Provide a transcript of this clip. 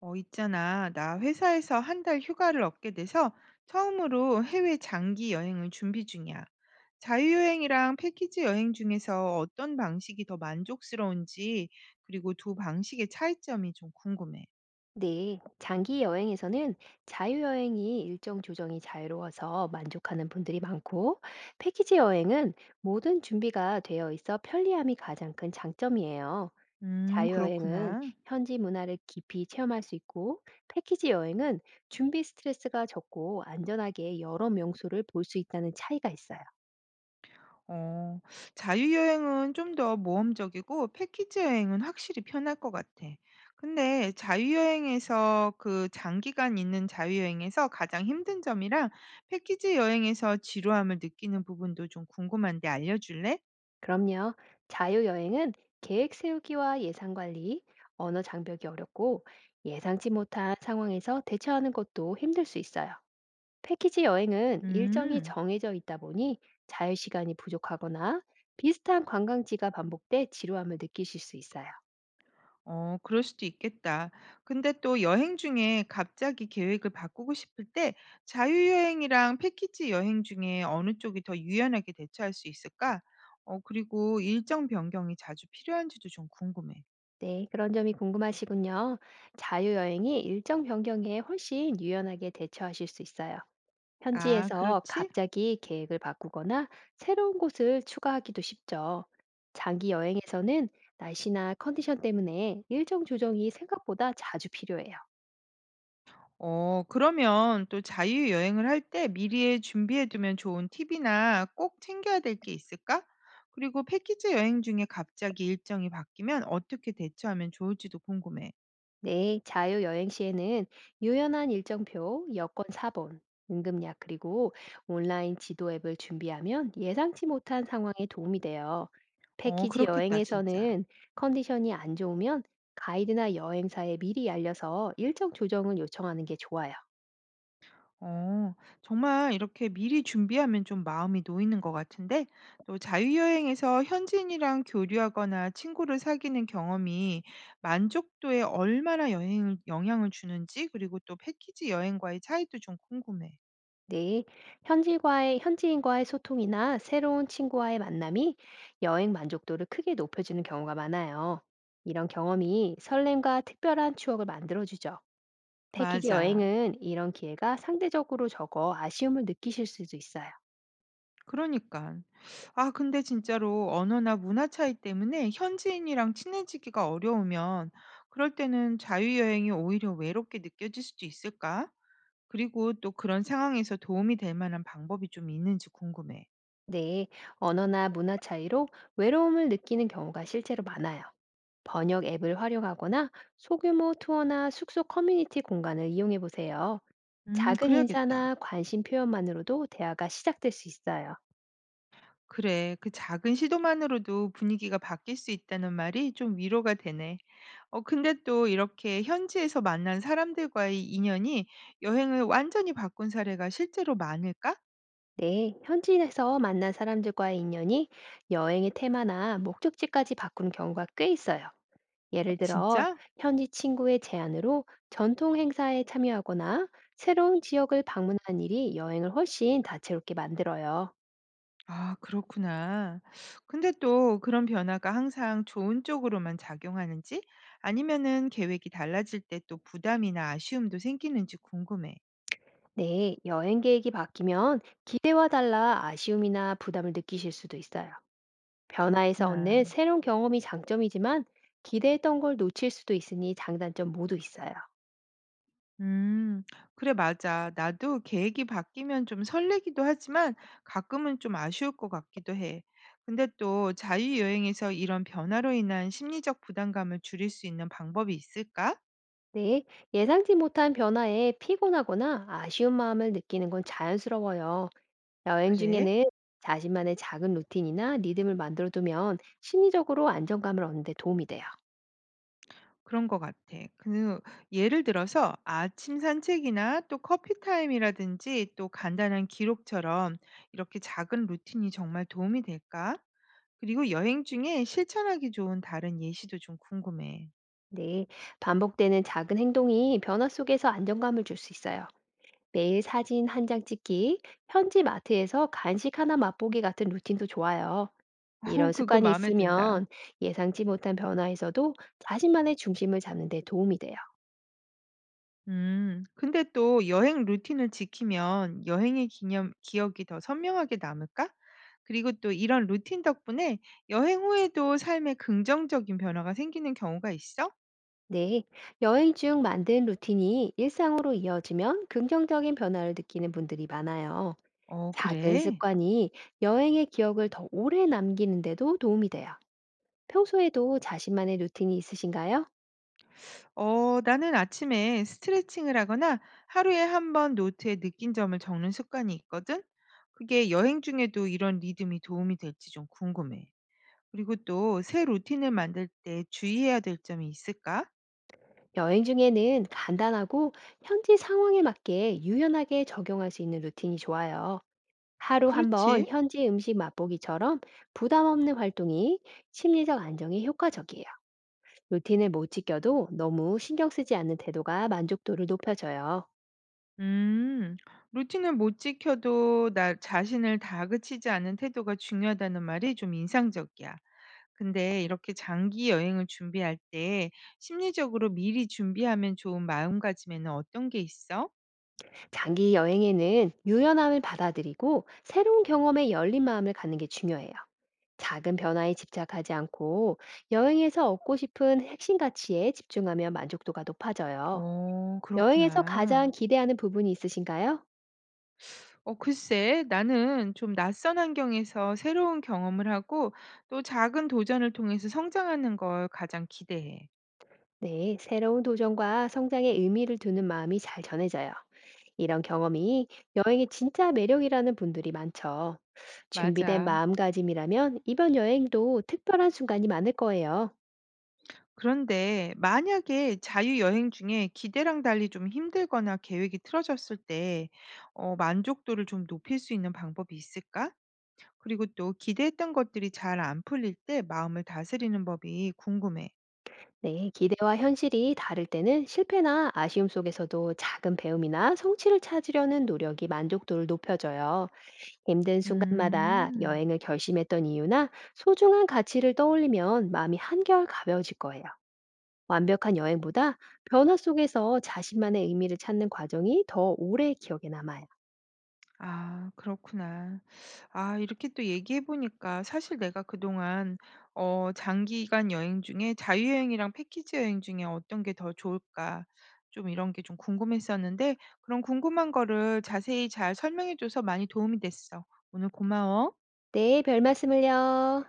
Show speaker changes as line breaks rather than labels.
있잖아. 나 회사에서 한 달 휴가를 얻게 돼서 처음으로 해외 장기 여행을 준비 중이야. 자유여행이랑 패키지 여행 중에서 어떤 방식이 더 만족스러운지, 그리고 두 방식의 차이점이 좀 궁금해.
네, 장기 여행에서는 자유여행이 일정 조정이 자유로워서 만족하는 분들이 많고, 패키지 여행은 모든 준비가 되어 있어 편리함이 가장 큰 장점이에요. 자유여행은
그렇구나.
현지 문화를 깊이 체험할 수 있고, 패키지 여행은 준비 스트레스가 적고 안전하게 여러 명소를 볼 수 있다는 차이가 있어요.
어, 자유여행은 좀 더 모험적이고 패키지 여행은 확실히 편할 것 같아. 근데 자유여행에서 그 장기간 있는 자유여행에서 가장 힘든 점이랑 패키지 여행에서 지루함을 느끼는 부분도 좀 궁금한데 알려줄래?
그럼요. 자유여행은 계획 세우기와 예산 관리, 언어 장벽이 어렵고 예상치 못한 상황에서 대처하는 것도 힘들 수 있어요. 패키지 여행은 일정이
음.
정해져 있다 보니 자유 시간이 부족하거나 비슷한 관광지가 반복돼 지루함을 느끼실 수 있어요.
그럴 수도 있겠다. 근데 또 여행 중에 갑자기 계획을 바꾸고 싶을 때 자유여행이랑 패키지 여행 중에 어느 쪽이 더 유연하게 대처할 수 있을까? 그리고 일정 변경이 자주 필요한지도 좀 궁금해.
네, 그런 점이 궁금하시군요. 자유여행이 일정 변경에 훨씬 유연하게 대처하실 수 있어요.
아,
현지에서
그렇지?
갑자기 계획을 바꾸거나 새로운 곳을 추가하기도 쉽죠. 장기 여행에서는 날씨나 컨디션 때문에 일정 조정이 생각보다 자주 필요해요.
그러면 또 자유여행을 할 때 미리 준비해두면 좋은 팁이나 꼭 챙겨야 될 게 있을까? 그리고 패키지 여행 중에 갑자기 일정이 바뀌면 어떻게 대처하면 좋을지도 궁금해.
네, 자유 여행 시에는 유연한 일정표, 여권 사본, 응급약 그리고 온라인 지도 앱을 준비하면 예상치 못한 상황에 도움이 돼요. 패키지
그렇겠다, 진짜.
여행에서는 컨디션이 안 좋으면 가이드나 여행사에 미리 알려서 일정 조정을 요청하는 게 좋아요.
어, 정말 이렇게 미리 준비하면 좀 마음이 놓이는 것 같은데, 또 자유여행에서 현지인이랑 교류하거나 친구를 사귀는 경험이 만족도에 얼마나 여행 영향을 주는지, 그리고 또 패키지 여행과의 차이도 좀 궁금해.
네, 현지인과의 소통이나 새로운 친구와의 만남이 여행 만족도를 크게 높여주는 경우가 많아요. 이런 경험이 설렘과 특별한 추억을 만들어주죠. 패키지
맞아.
여행은 이런 기회가 상대적으로 적어 아쉬움을 느끼실 수도 있어요.
그러니까. 아, 근데 진짜로 언어나 문화 차이 때문에 현지인이랑 친해지기가 어려우면, 그럴 때는 자유여행이 오히려 외롭게 느껴질 수도 있을까? 그리고 또 그런 상황에서 도움이 될 만한 방법이 좀 있는지 궁금해.
네, 언어나 문화 차이로 외로움을 느끼는 경우가 실제로 많아요. 번역 앱을 활용하거나 소규모 투어나 숙소 커뮤니티 공간을 이용해 보세요. 작은
그래야겠다.
인사나 관심 표현만으로도 대화가 시작될 수 있어요.
그래, 그 작은 시도만으로도 분위기가 바뀔 수 있다는 말이 좀 위로가 되네. 근데 또 이렇게 현지에서 만난 사람들과의 인연이 여행을 완전히 바꾼 사례가 실제로 많을까?
네, 현지에서 만난 사람들과의 인연이 여행의 테마나 목적지까지 바꾼 경우가 꽤 있어요. 예를 들어,
진짜?
현지 친구의 제안으로 전통 행사에 참여하거나 새로운 지역을 방문하는 일이 여행을 훨씬 다채롭게 만들어요.
아, 그렇구나. 근데 또 그런 변화가 항상 좋은 쪽으로만 작용하는지 아니면은 계획이 달라질 때 또 부담이나 아쉬움도 생기는지 궁금해.
네, 여행 계획이 바뀌면 기대와 달라 아쉬움이나 부담을 느끼실 수도 있어요. 변화에서
그렇구나.
얻는 새로운 경험이 장점이지만 기대했던 걸 놓칠 수도 있으니 장단점 모두 있어요.
음. 그래, 맞아. 나도 계획이 바뀌면 좀 설레기도 하지만 가끔은 좀 아쉬울 것 같기도 해. 근데 또 자유여행에서 이런 변화로 인한 심리적 부담감을 줄일 수 있는 방법이 있을까?
네, 예상치 못한 변화에 피곤하거나 아쉬운 마음을 느끼는 건 자연스러워요. 여행
그래?
중에는 자신만의 작은 루틴이나 리듬을 만들어두면 심리적으로 안정감을 얻는 데 도움이 돼요.
그런 것 같아. 그 예를 들어서 아침 산책이나 또 커피 타임이라든지 또 간단한 기록처럼 이렇게 작은 루틴이 정말 도움이 될까? 그리고 여행 중에 실천하기 좋은 다른 예시도 좀 궁금해.
네, 반복되는 작은 행동이 변화 속에서 안정감을 줄 수 있어요. 매일 사진 한 장 찍기, 현지 마트에서 간식 하나 맛보기 같은 루틴도 좋아요. 이런
그거
습관이
마음에 든다.
있으면 예상치 못한 변화에서도 자신만의 중심을 잡는 데 도움이 돼요.
음. 근데 또 여행 루틴을 지키면 여행의 기념 기억이 더 선명하게 남을까? 그리고 또 이런 루틴 덕분에 여행 후에도 삶에 긍정적인 변화가 생기는 경우가 있어?
네. 여행 중 만든 루틴이 일상으로 이어지면 긍정적인 변화를 느끼는 분들이 많아요. 작은
그래?
습관이 여행의 기억을 더 오래 남기는데도 도움이 돼요. 평소에도 자신만의 루틴이 있으신가요?
나는 아침에 스트레칭을 하거나 하루에 한 번 노트에 느낀 점을 적는 습관이 있거든. 그게 여행 중에도 이런 리듬이 도움이 될지 좀 궁금해. 그리고 또 새 루틴을 만들 때 주의해야 될 점이 있을까?
여행 중에는 간단하고 현지 상황에 맞게 유연하게 적용할 수 있는 루틴이 좋아요. 하루 한번
그렇지.
현지 음식 맛보기처럼 부담 없는 활동이 심리적 안정에 효과적이에요. 루틴을 못 지켜도 너무 신경 쓰지 않는 태도가 만족도를 높여줘요.
음. 루틴을 못 지켜도 나 자신을 다그치지 않는 태도가 중요하다는 말이 좀 인상적이야. 근데 이렇게 장기 여행을 준비할 때 심리적으로 미리 준비하면 좋은 마음가짐에는 어떤 게 있어?
장기 여행에는 유연함을 받아들이고 새로운 경험에 열린 마음을 갖는 게 중요해요. 작은 변화에 집착하지 않고 여행에서 얻고 싶은 핵심 가치에 집중하면 만족도가 높아져요. 여행에서
그렇구나.
가장 기대하는 부분이 있으신가요?
글쎄, 나는 좀 낯선 환경에서 새로운 경험을 하고 또 작은 도전을 통해서 성장하는 걸 가장 기대해.
네, 새로운 도전과 성장의 의미를 두는 마음이 잘 전해져요. 이런 경험이 여행의 진짜 매력이라는 분들이 많죠. 준비된
맞아.
마음가짐이라면 이번 여행도 특별한 순간이 많을 거예요.
그런데 만약에 자유여행 중에 기대랑 달리 좀 힘들거나 계획이 틀어졌을 때 만족도를 좀 높일 수 있는 방법이 있을까? 그리고 또 기대했던 것들이 잘 안 풀릴 때 마음을 다스리는 법이 궁금해.
네, 기대와 현실이 다를 때는 실패나 아쉬움 속에서도 작은 배움이나 성취를 찾으려는 노력이 만족도를 높여줘요. 힘든 순간마다
음.
여행을 결심했던 이유나 소중한 가치를 떠올리면 마음이 한결 가벼워질 거예요. 완벽한 여행보다 변화 속에서 자신만의 의미를 찾는 과정이 더 오래 기억에 남아요.
아, 그렇구나. 아, 이렇게 또 얘기해 보니까 사실 내가 그동안 장기간 여행 중에 자유여행이랑 패키지 여행 중에 어떤 게 더 좋을까 좀 이런 게 좀 궁금했었는데 그런 궁금한 거를 자세히 잘 설명해 줘서 많이 도움이 됐어. 오늘 고마워.
네, 별 말씀을요.